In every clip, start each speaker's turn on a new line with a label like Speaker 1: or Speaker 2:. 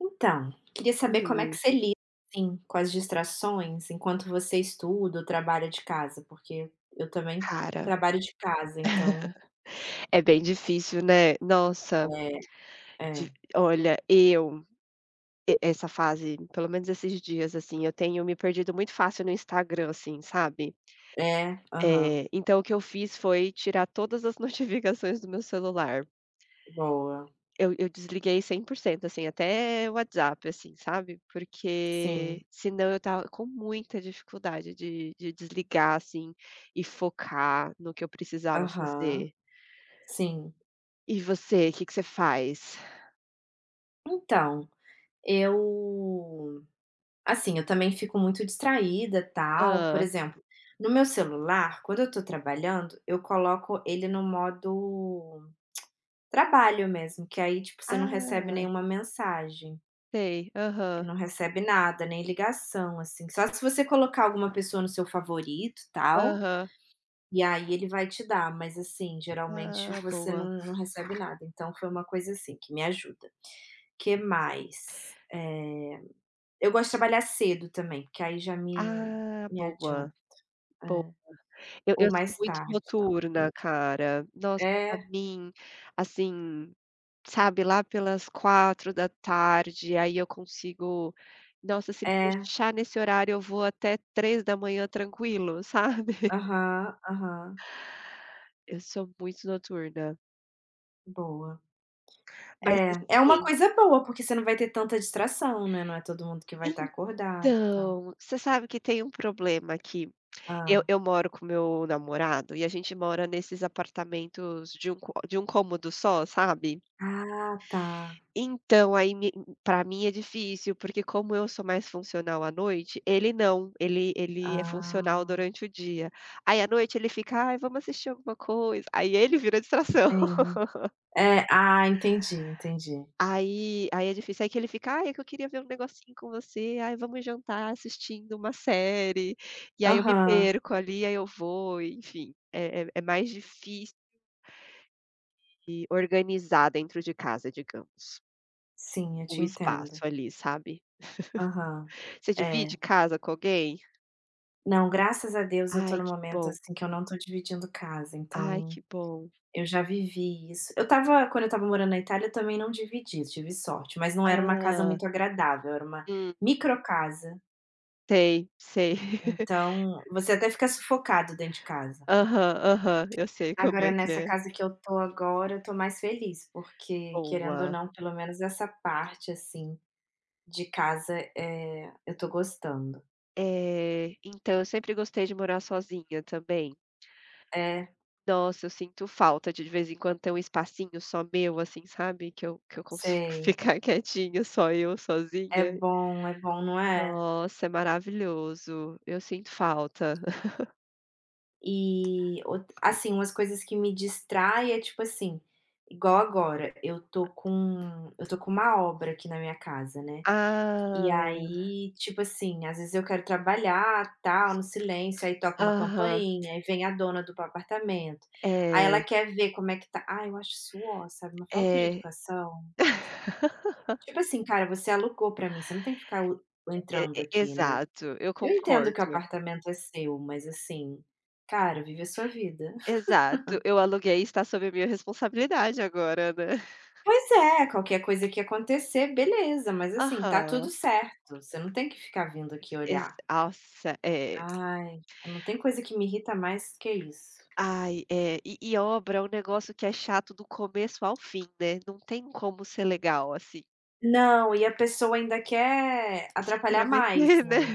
Speaker 1: Então, queria saber como é que
Speaker 2: Hum,
Speaker 1: você lida, assim, com as distrações enquanto você estuda ou trabalha de casa, porque eu também
Speaker 2: cara,
Speaker 1: trabalho de casa, então
Speaker 2: é bem difícil, né. Nossa,
Speaker 1: é, é,
Speaker 2: de olha, eu e essa fase, pelo menos esses dias, assim, eu tenho me perdido muito fácil no Instagram, assim, sabe.
Speaker 1: é, aham,
Speaker 2: Então o que eu fiz foi tirar todas as notificações do meu celular.
Speaker 1: boa,
Speaker 2: Eu desliguei 100%, assim, até o WhatsApp, assim, sabe, porque
Speaker 1: sim,
Speaker 2: senão eu tava com muita dificuldade de desligar, assim, e focar no que eu precisava
Speaker 1: aham,
Speaker 2: fazer.
Speaker 1: sim.
Speaker 2: E você, o que que você faz?
Speaker 1: Então, eu, assim, eu também fico muito distraída, tal, por
Speaker 2: Hã.
Speaker 1: exemplo, no meu celular, quando eu tô trabalhando, eu coloco ele no modo trabalho mesmo, que aí, tipo, você não recebe
Speaker 2: Ah,
Speaker 1: nenhuma mensagem.
Speaker 2: sei. Aham,
Speaker 1: Não recebe nada, nem ligação, assim, só se você colocar alguma pessoa no seu favorito, tal,
Speaker 2: aham.
Speaker 1: e aí ele vai te dar, mas assim, geralmente
Speaker 2: Ah,
Speaker 1: você
Speaker 2: boa.
Speaker 1: não recebe nada, então foi uma coisa assim que me ajuda. Que mais? Eu gosto de trabalhar cedo também, porque aí já me
Speaker 2: Ah,
Speaker 1: me
Speaker 2: boa,
Speaker 1: adianta.
Speaker 2: boa.
Speaker 1: É,
Speaker 2: Eu
Speaker 1: ou
Speaker 2: eu sou
Speaker 1: mais
Speaker 2: muito
Speaker 1: tarde, tal. Hum.
Speaker 2: noturna, cara. Nossa, pra
Speaker 1: É,
Speaker 2: mim, assim, sabe, lá pelas 4 da tarde aí eu consigo, nossa, se me
Speaker 1: é.
Speaker 2: deixar nesse horário, eu vou até 3 da manhã tranquilo, sabe.
Speaker 1: Aham, aham.
Speaker 2: Eu sou muito noturna.
Speaker 1: Boa.
Speaker 2: Mas
Speaker 1: É, é uma
Speaker 2: assim
Speaker 1: coisa boa, porque você não vai ter tanta distração, né, não é todo mundo que vai estar acordado e tal.
Speaker 2: então, você sabe que tem um problema aqui. Eu
Speaker 1: ah
Speaker 2: eu moro com meu namorado e a gente mora nesses apartamentos de um có de um cômodo só, sabe.
Speaker 1: Ah, tá.
Speaker 2: Então aí me pra mim é difícil, porque como eu sou mais funcional à noite, ele não, ele é funcional
Speaker 1: Ah,
Speaker 2: durante o dia. Aí à noite ele fica: "Ai, vamos assistir alguma coisa", aí ele vira distração.
Speaker 1: sim. É, ah, entendi, entendi.
Speaker 2: Aí é difícil, aí que ele fica: "Ai, é que eu queria ver um negocinho com você, ai, vamos jantar assistindo uma série", e aí eu me
Speaker 1: Aham.
Speaker 2: perco ali, aí eu vou, enfim, é mais difícil. E organizar dentro de casa, digamos,
Speaker 1: Sim, eu
Speaker 2: o
Speaker 1: te
Speaker 2: espaço
Speaker 1: entendo.
Speaker 2: ali, sabe.
Speaker 1: Aham.
Speaker 2: Você divide
Speaker 1: É.
Speaker 2: casa com alguém?
Speaker 1: Não, graças a Deus eu tô
Speaker 2: Ai,
Speaker 1: num
Speaker 2: que
Speaker 1: momento,
Speaker 2: bom.
Speaker 1: assim, que eu não tô dividindo casa,
Speaker 2: Ai,
Speaker 1: então
Speaker 2: que bom.
Speaker 1: eu já vivi isso. Eu estava Quando eu estava morando na Itália, eu também não dividi, tive sorte, mas não era uma casa
Speaker 2: Ah,
Speaker 1: muito agradável, era uma
Speaker 2: hum,
Speaker 1: micro casa.
Speaker 2: sei, sei.
Speaker 1: Então você até fica sufocado dentro de casa.
Speaker 2: Aham, aham, eu sei como
Speaker 1: Agora
Speaker 2: é que
Speaker 1: nessa
Speaker 2: é.
Speaker 1: casa que eu tô agora, eu tô mais feliz, porque querendo ou
Speaker 2: Boa.
Speaker 1: não, pelo menos essa parte, assim, de casa, eu tô gostando.
Speaker 2: É, então eu sempre gostei de morar sozinha também.
Speaker 1: É,
Speaker 2: Nossa, eu sinto falta de vez em quando, ter um espacinho só meu, assim, sabe, que eu consigo
Speaker 1: sei.
Speaker 2: ficar quietinha, só eu sozinha.
Speaker 1: É bom, não é?
Speaker 2: Nossa, é maravilhoso. Eu sinto falta.
Speaker 1: E out assim, umas coisas que me distrai é, tipo assim, igual agora, eu tô com uma obra aqui na minha casa, né. E
Speaker 2: Ah,
Speaker 1: aí, tipo assim, às vezes eu quero trabalhar, tal, no silêncio, aí toca uma
Speaker 2: aham.
Speaker 1: campainha, aí vem a dona do apartamento. Aí
Speaker 2: É,
Speaker 1: ela quer ver como é que tá. Ah, eu acho suor, sabe, uma falta de
Speaker 2: é.
Speaker 1: educação. Tipo assim: "Cara, você alugou pra mim, você não tem que ficar o
Speaker 2: E
Speaker 1: entrando
Speaker 2: e
Speaker 1: aqui, né".
Speaker 2: exato, eu
Speaker 1: Eu entendo que o
Speaker 2: concordo.
Speaker 1: apartamento é seu, mas assim, cara, vive a sua vida.
Speaker 2: Exato, eu aluguei e está sob a minha responsabilidade agora, né.
Speaker 1: Pois é, qualquer coisa que acontecer, beleza, mas assim, tá
Speaker 2: Aham.
Speaker 1: tudo certo, você não tem que ficar vindo aqui
Speaker 2: Ex
Speaker 1: olhar.
Speaker 2: nossa, é.
Speaker 1: Ai, não tem coisa que me irrita mais que isso.
Speaker 2: Ai, é. E obra é um negócio que é chato do começo ao fim, né, não tem como ser legal, assim,
Speaker 1: Não, e a pessoa ainda quer
Speaker 2: se
Speaker 1: atrapalhar
Speaker 2: intrometer,
Speaker 1: mais,
Speaker 2: né.
Speaker 1: né.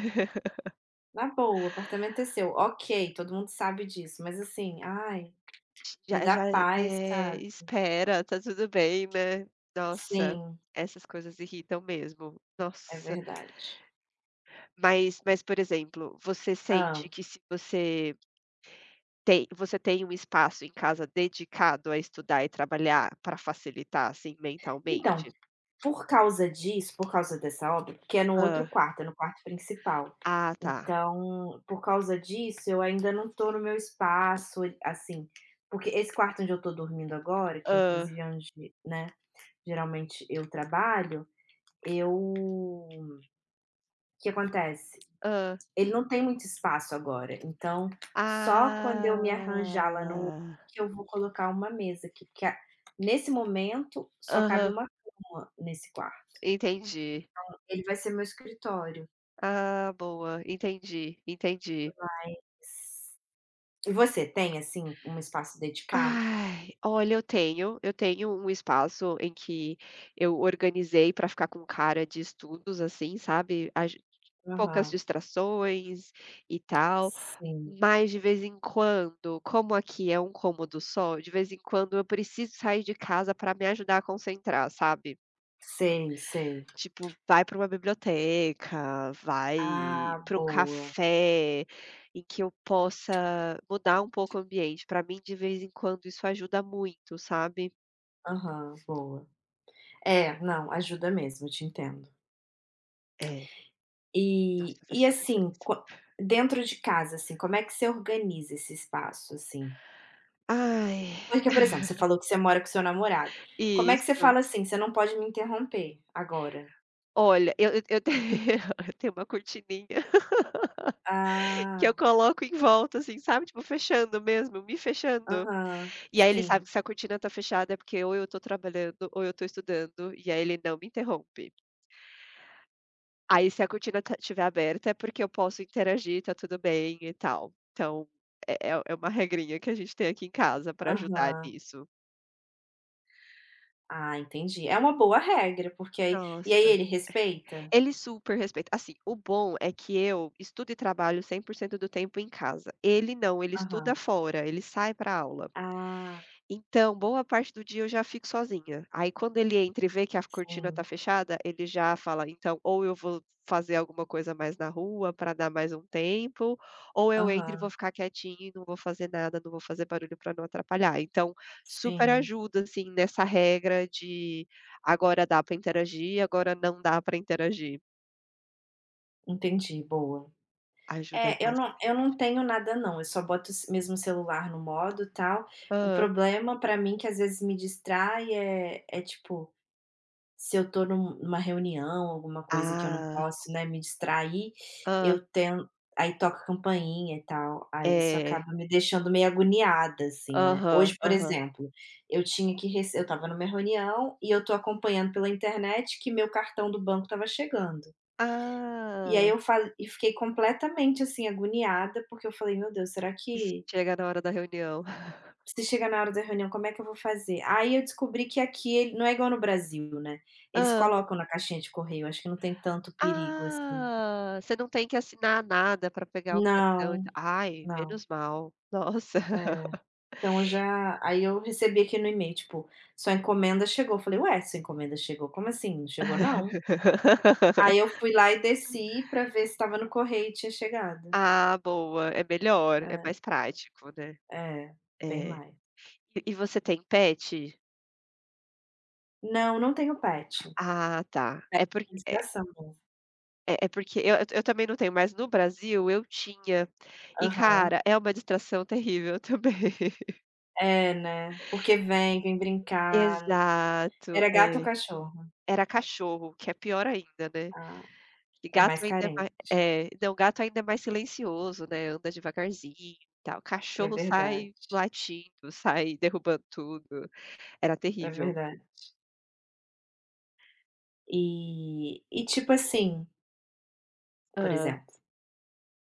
Speaker 1: Na boa, o apartamento é seu, ok, todo mundo sabe disso, mas assim, ai, me
Speaker 2: Já
Speaker 1: dá
Speaker 2: já,
Speaker 1: paz, sabe.
Speaker 2: espera, tá tudo bem, né. Nossa,
Speaker 1: Sim,
Speaker 2: essas coisas irritam mesmo.
Speaker 1: é
Speaker 2: Nossa,
Speaker 1: verdade.
Speaker 2: mas, por exemplo, você
Speaker 1: ah
Speaker 2: sente que se você tem um espaço em casa dedicado a estudar e trabalhar para facilitar, assim,
Speaker 1: Então,
Speaker 2: mentalmente?
Speaker 1: por causa disso, por causa dessa obra porque é no outro
Speaker 2: Hã.
Speaker 1: quarto, é no quarto principal.
Speaker 2: Ah, tá.
Speaker 1: Então, por causa disso, eu ainda não tô no meu espaço, assim, porque esse quarto onde eu tô dormindo agora, que
Speaker 2: Ah,
Speaker 1: inclusive é onde, né, geralmente eu trabalho, eu o que acontece?
Speaker 2: ah,
Speaker 1: Ele não tem muito espaço agora, então só quando eu me arranjar lá no
Speaker 2: ah.
Speaker 1: que eu vou colocar uma mesa aqui, porque a nesse momento só cabe
Speaker 2: Aham,
Speaker 1: uma cama nesse quarto.
Speaker 2: entendi.
Speaker 1: Ele vai ser meu escritório.
Speaker 2: Ah, boa, entendi, entendi.
Speaker 1: E você tem, assim, um espaço dedicado?
Speaker 2: Ai, olha, eu tenho um espaço em que eu organizei para ficar com cara de estudos, assim, sabe, a gen poucas
Speaker 1: Aham.
Speaker 2: distrações e tal,
Speaker 1: Sim.
Speaker 2: mas de vez em quando, como aqui é um cômodo só, de vez em quando eu preciso sair de casa para me ajudar a concentrar, sabe.
Speaker 1: Sei, sei.
Speaker 2: Tipo, vai para uma biblioteca, vai
Speaker 1: Ah,
Speaker 2: para um
Speaker 1: boa.
Speaker 2: café em que eu possa mudar um pouco o ambiente. Para mim, de vez em quando, isso ajuda muito, sabe.
Speaker 1: Aham, boa. É, não, ajuda mesmo, eu te entendo.
Speaker 2: É,
Speaker 1: E
Speaker 2: nossa, faz
Speaker 1: e
Speaker 2: toda a
Speaker 1: assim,
Speaker 2: diferença.
Speaker 1: qua dentro de casa, assim, como é que você organiza esse espaço, assim?
Speaker 2: Ai,
Speaker 1: Porque, por exemplo, você falou que você mora com seu namorado. Como é que você
Speaker 2: isso.
Speaker 1: fala assim: "Você não pode me interromper agora"?
Speaker 2: Olha, eu tenho eu tenho uma cortininha que eu
Speaker 1: Ah,
Speaker 2: coloco em volta, assim, sabe, tipo, fechando mesmo, me fechando.
Speaker 1: aham.
Speaker 2: E aí ele sabe
Speaker 1: Sim,
Speaker 2: que se a cortina tá fechada é porque ou eu tô trabalhando ou eu tô estudando, e aí ele não me interrompe. Aí se a cortina ta estiver aberta é porque eu posso interagir, tá tudo bem e tal. Então, é uma regrinha que a gente tem aqui em casa para ajudar
Speaker 1: aham.
Speaker 2: nisso.
Speaker 1: Ah, entendi. É uma boa regra, porque aí e aí
Speaker 2: Nossa.
Speaker 1: ele respeita?
Speaker 2: Ele super respeita. Assim, o bom é que eu estudo e trabalho 100% do tempo em casa. Ele não, ele estuda
Speaker 1: Aham.
Speaker 2: fora, ele sai pra aula.
Speaker 1: Ah,
Speaker 2: Então, boa parte do dia eu já fico sozinha. Aí quando ele entra e vê que a cortina tá
Speaker 1: sim.
Speaker 2: fechada, ele já fala: "Então, ou eu vou fazer alguma coisa mais na rua para dar mais um tempo, ou eu entro e vou
Speaker 1: Aham.
Speaker 2: ficar quietinho e não vou fazer nada, não vou fazer barulho para não atrapalhar". Então, super
Speaker 1: Sim,
Speaker 2: ajuda, assim, nessa regra de agora dá para interagir, agora não dá para interagir.
Speaker 1: entendi, boa.
Speaker 2: Ajuda
Speaker 1: É,
Speaker 2: bastante.
Speaker 1: eu não tenho nada não, eu só boto ce mesmo o celular no modo, tal. O
Speaker 2: Hã.
Speaker 1: problema pra mim que às vezes me distrai é tipo, se eu tô numa reunião, alguma coisa que eu não
Speaker 2: Ah,
Speaker 1: posso, né, me distrair,
Speaker 2: hã,
Speaker 1: eu tenho aí toca campainha e tal, aí isso
Speaker 2: é.
Speaker 1: acaba me deixando meio agoniada, assim, né.
Speaker 2: Aham,
Speaker 1: Hoje, por
Speaker 2: aham.
Speaker 1: exemplo, eu tinha que rece eu estava numa reunião e eu tô acompanhando pela internet que meu cartão do banco estava chegando. E
Speaker 2: Ah,
Speaker 1: aí eu falei e fiquei completamente, assim, agoniada, porque eu falei: "Meu Deus, será
Speaker 2: e se
Speaker 1: que
Speaker 2: chega na hora da reunião.
Speaker 1: se chegar na hora da reunião, como é que eu vou fazer?". Aí eu descobri que aqui ele não é igual no Brasil, né, eles
Speaker 2: Hã.
Speaker 1: colocam na caixinha de correio, acho que não tem tanto perigo, assim.
Speaker 2: Ah, você não tem que assinar nada pra pegar o cartão e
Speaker 1: Não,
Speaker 2: ta ai,
Speaker 1: não.
Speaker 2: menos mal. Nossa.
Speaker 1: É. Então eu já Aí eu recebi aqui no e-mail, tipo: "Sua encomenda chegou". Eu falei: "Ué, sua encomenda chegou? Como assim? Não chegou não?". Aí eu fui lá e desci pra ver se estava no correio e tinha chegado.
Speaker 2: Ah, boa, é melhor, é
Speaker 1: É,
Speaker 2: mais prático, né.
Speaker 1: é, bem
Speaker 2: É.
Speaker 1: mais.
Speaker 2: E você tem pet?
Speaker 1: Não, não tenho pet.
Speaker 2: Ah, tá. É porque é
Speaker 1: Inspiração.
Speaker 2: é é porque eu também não tenho, mas no Brasil eu tinha. E,
Speaker 1: Aham.
Speaker 2: cara, é uma distração terrível também.
Speaker 1: É, né, porque vem, vem brincar.
Speaker 2: Exato,
Speaker 1: Era gato ou
Speaker 2: é.
Speaker 1: cachorro?
Speaker 2: Era cachorro, que é pior ainda, né.
Speaker 1: Ah,
Speaker 2: Que
Speaker 1: é
Speaker 2: gato
Speaker 1: mais
Speaker 2: ainda é mai
Speaker 1: carente.
Speaker 2: é, não, gato ainda é mais silencioso, né, anda devagarzinho e tal.
Speaker 1: É
Speaker 2: Cachorro
Speaker 1: verdade,
Speaker 2: sai latindo, sai derrubando tudo. Era
Speaker 1: é
Speaker 2: terrível.
Speaker 1: verdade. E tipo assim, por
Speaker 2: Hã.
Speaker 1: exemplo,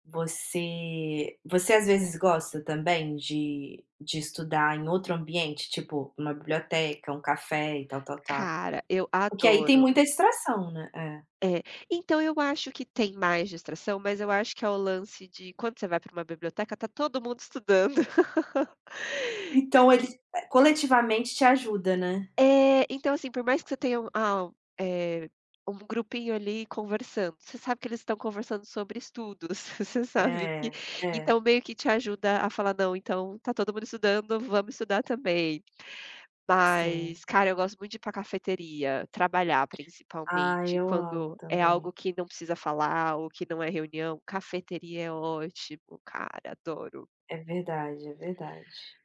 Speaker 1: você às vezes gosta também de estudar em outro ambiente, tipo uma biblioteca, um café e tal, tal, tal?
Speaker 2: Cara, eu
Speaker 1: Porque aí tem
Speaker 2: adoro.
Speaker 1: muita distração, né. É.
Speaker 2: É. Então eu acho que tem mais distração, mas eu acho que é o lance de quando você vai para uma biblioteca, tá todo mundo estudando.
Speaker 1: Então ele, coletivamente te ajuda, né.
Speaker 2: É, então assim, por mais que você tenha eh, um grupinho ali conversando, você sabe que eles estão conversando sobre estudos, você sabe que,
Speaker 1: É, é,
Speaker 2: então, meio que te ajuda a falar: "Não, então tá todo mundo estudando, vamos estudar também".
Speaker 1: sim.
Speaker 2: Mas, cara, eu gosto muito de ir pra cafeteria, trabalhar
Speaker 1: Ah,
Speaker 2: principalmente,
Speaker 1: eu amo
Speaker 2: quando é
Speaker 1: também.
Speaker 2: algo que não precisa falar ou que não é reunião, cafeteria é ótimo, cara, adoro.
Speaker 1: É verdade, é verdade.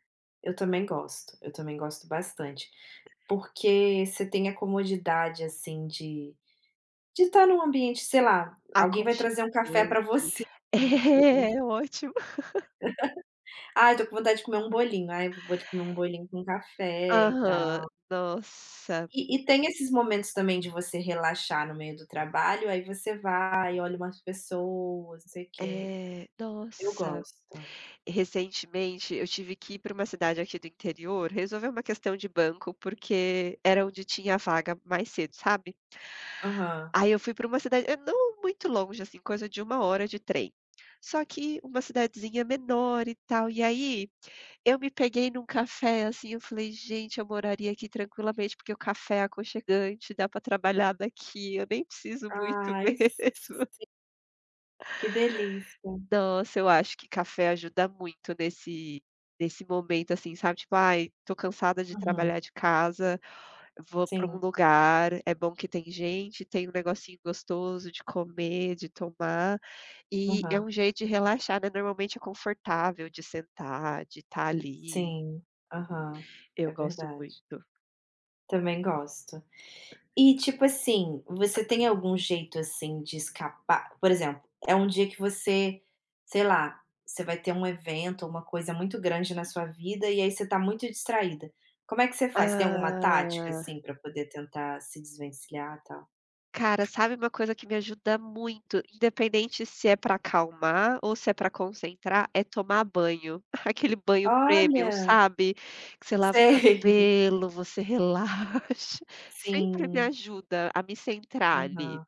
Speaker 1: Eu também gosto bastante, porque você tem a comodidade, assim, de estar num ambiente, sei lá, alguém vai trazer um café
Speaker 2: Aconchegante.
Speaker 1: pra você, né, tipo:
Speaker 2: É, ótimo.
Speaker 1: "Ai, tô com vontade de comer um bolinho", aí vou ali comer um bolinho com café e
Speaker 2: Aham,
Speaker 1: tal.
Speaker 2: nossa.
Speaker 1: E tem esses momentos também de você relaxar no meio do trabalho, aí você vai, olha umas pessoas, não sei o quê.
Speaker 2: É,
Speaker 1: Eu
Speaker 2: nossa,
Speaker 1: gosto.
Speaker 2: recentemente eu tive que ir para uma cidade aqui do interior resolver uma questão de banco, porque era onde tinha a vaga mais cedo, sabe.
Speaker 1: Aham.
Speaker 2: Aí eu fui para uma cidade, não muito longe, assim, coisa de uma hora de trem, só que uma cidadezinha menor e tal. E aí, eu me peguei num café, assim, eu falei: "Gente, eu moraria aqui tranquilamente, porque o café é aconchegante, dá para trabalhar daqui, eu nem preciso muito
Speaker 1: Ai, s
Speaker 2: mesmo".
Speaker 1: Que delícia.
Speaker 2: Nossa, eu acho que café ajuda muito nesse momento, assim, sabe, tipo: "Ai, tô cansada de
Speaker 1: Uhum.
Speaker 2: trabalhar de casa, vou pra um
Speaker 1: Sim.
Speaker 2: lugar, é bom que tem gente, tem um negocinho gostoso de comer, de tomar", e é
Speaker 1: Aham.
Speaker 2: um jeito de relaxar, né, normalmente é confortável de sentar, de estar ali,
Speaker 1: Sim. Aham.
Speaker 2: eu
Speaker 1: É
Speaker 2: gosto
Speaker 1: verdade.
Speaker 2: muito.
Speaker 1: Também gosto. E, tipo assim, você tem algum jeito, assim, de escapar? Por exemplo, é um dia que você, sei lá, você vai ter um evento, uma coisa muito grande na sua vida e aí você tá muito distraída. Como é que você faz? Tem alguma tática,
Speaker 2: Ah.
Speaker 1: assim, pra poder tentar se desvencilhar, e tal?
Speaker 2: Cara, sabe uma coisa que me ajuda muito, independente se é pra acalmar ou se é pra concentrar, é tomar banho. Aquele banho premium,
Speaker 1: Olha!
Speaker 2: sabe? Que você lava o
Speaker 1: Sei.
Speaker 2: cabelo, você relaxa. Sempre me
Speaker 1: Sim.
Speaker 2: ajuda a me centrar ali.
Speaker 1: Aham.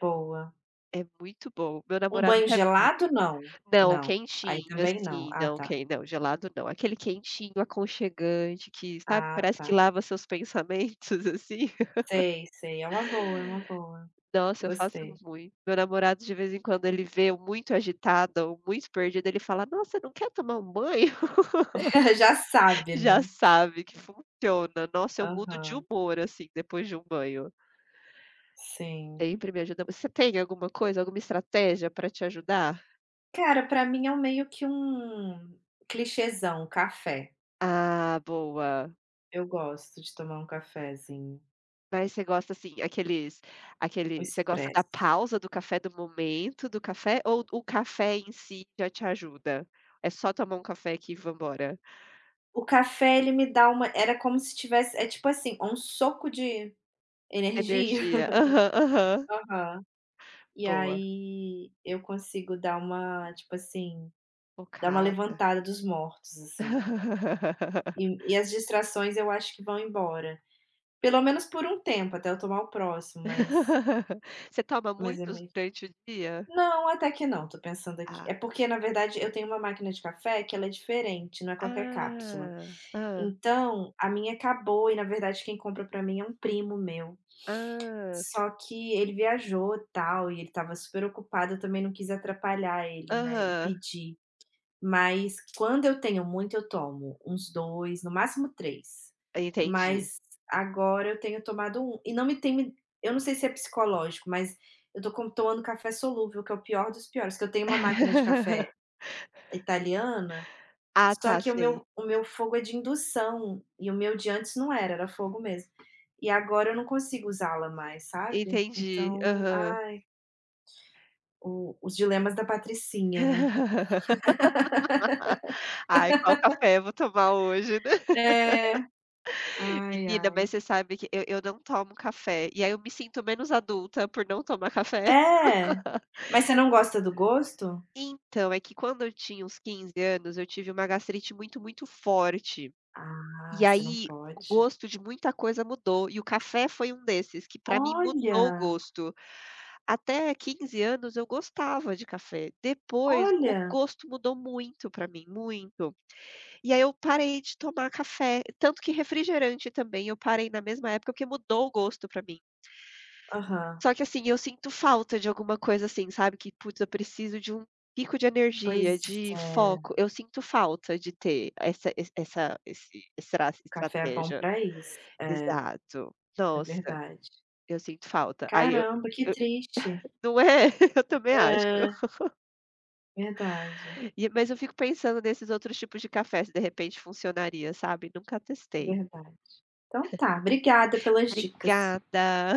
Speaker 1: Boa.
Speaker 2: É muito bom. Meu
Speaker 1: Um
Speaker 2: namorado
Speaker 1: banho
Speaker 2: até
Speaker 1: gelado não,
Speaker 2: não,
Speaker 1: não. Aí
Speaker 2: quentinho,
Speaker 1: também não.
Speaker 2: assim,
Speaker 1: Ah,
Speaker 2: não,
Speaker 1: tá,
Speaker 2: quem não, gelado não. Aquele quentinho, aconchegante, que, sabe,
Speaker 1: ah,
Speaker 2: parece que
Speaker 1: tá.
Speaker 2: lava seus pensamentos, assim.
Speaker 1: Sei, sei, é uma boa, é uma boa.
Speaker 2: Nossa, eu faço
Speaker 1: Gostei.
Speaker 2: muito. Meu namorado, de vez em quando, ele vê eu muito agitada ou muito perdida, ele fala: "Nossa, não quer tomar um banho?"
Speaker 1: Já sabe,
Speaker 2: Já
Speaker 1: né.
Speaker 2: sabe que funciona. Nossa, eu mudo de
Speaker 1: Aham,
Speaker 2: humor, assim, depois de um banho.
Speaker 1: sim.
Speaker 2: Sempre me ajuda. Você tem alguma coisa, alguma estratégia para te ajudar?
Speaker 1: Cara, pra mim é um meio que um clichêzão, café.
Speaker 2: Ah, boa.
Speaker 1: Eu gosto de tomar um cafezinho,
Speaker 2: Mas você gosta, assim, aqueles
Speaker 1: um
Speaker 2: aquele você gosta da
Speaker 1: expresso.
Speaker 2: pausa do café, do momento do café, ou o café em si já te ajuda? É só tomar um café aqui que vambora?
Speaker 1: O café ele me dá uma era como se tivesse é tipo assim, um soco de energia.
Speaker 2: Energia. Aham, aham.
Speaker 1: Aham. E
Speaker 2: Boa.
Speaker 1: aí eu consigo dar uma, tipo assim. Dá uma
Speaker 2: Focada.
Speaker 1: levantada dos mortos, assim. E e as distrações eu acho que vão embora. Pelo menos por um tempo, até eu tomar o próximo, mas
Speaker 2: Você toma
Speaker 1: é
Speaker 2: muitos
Speaker 1: meio
Speaker 2: durante o dia?
Speaker 1: não, até que não, tô pensando aqui. É
Speaker 2: Ah.
Speaker 1: porque, na verdade, eu tenho uma máquina de café que ela é diferente, não é qualquer cápsula.
Speaker 2: Ah. Ah,
Speaker 1: Então, a minha acabou e, na verdade, quem compra pra mim é um primo meu.
Speaker 2: ah.
Speaker 1: Só que ele viajou, e tal, e ele estava super ocupado, eu também não quis atrapalhar ele, né, e
Speaker 2: Aham.
Speaker 1: pedir. Mas quando eu tenho muito, eu tomo uns 2 no máximo três.
Speaker 2: Entendi.
Speaker 1: Mas agora eu tenho tomado um e não me tem me eu não sei se é psicológico, mas eu tô com tomando café solúvel, que é o pior dos piores, que eu tenho uma máquina de café italiana,
Speaker 2: Ah,
Speaker 1: só
Speaker 2: tá,
Speaker 1: que
Speaker 2: sei.
Speaker 1: o meu fogo é de indução e o meu de antes não era, era fogo mesmo. E agora eu não consigo usá-la mais, sabe.
Speaker 2: Entendi.
Speaker 1: Então,
Speaker 2: Aham.
Speaker 1: ai, o os dilemas da patricinha, né.
Speaker 2: Ai, qual café eu vou tomar hoje, né.
Speaker 1: É, ai,
Speaker 2: Menina,
Speaker 1: ai.
Speaker 2: mas você sabe que eu não tomo café, e aí eu me sinto menos adulta por não tomar café.
Speaker 1: É. Mas você não gosta do gosto?
Speaker 2: Então, é que quando eu tinha uns 15 anos, eu tive uma gastrite muito, muito forte.
Speaker 1: Ah,
Speaker 2: E
Speaker 1: você não
Speaker 2: aí, o
Speaker 1: pode.
Speaker 2: gosto de muita coisa mudou, e o café foi um desses que para mim mudou o
Speaker 1: Olha,
Speaker 2: gosto. Até 15 anos eu gostava de café, depois o
Speaker 1: olha.
Speaker 2: gosto mudou muito para mim, muito. E aí eu parei de tomar café, tanto que refrigerante também eu parei na mesma época, porque mudou o gosto para mim.
Speaker 1: Aham.
Speaker 2: Só que assim, eu sinto falta de alguma coisa, assim, sabe, que putz, eu preciso de um pico de
Speaker 1: Pois
Speaker 2: energia, de
Speaker 1: é,
Speaker 2: foco, eu sinto falta de ter essa es essa esse essa
Speaker 1: café é bom
Speaker 2: estratégia.
Speaker 1: pra isso. É,
Speaker 2: Exato.
Speaker 1: é
Speaker 2: Nossa,
Speaker 1: verdade.
Speaker 2: eu sinto falta. Aí eu
Speaker 1: Caramba, que
Speaker 2: eu
Speaker 1: triste.
Speaker 2: não é? Eu também acho.
Speaker 1: É, verdade,
Speaker 2: E mas eu fico pensando nesses outros tipos de café, se de repente funcionaria, sabe, nunca testei.
Speaker 1: verdade. Então tá, obrigada pelas dicas.
Speaker 2: Obrigada.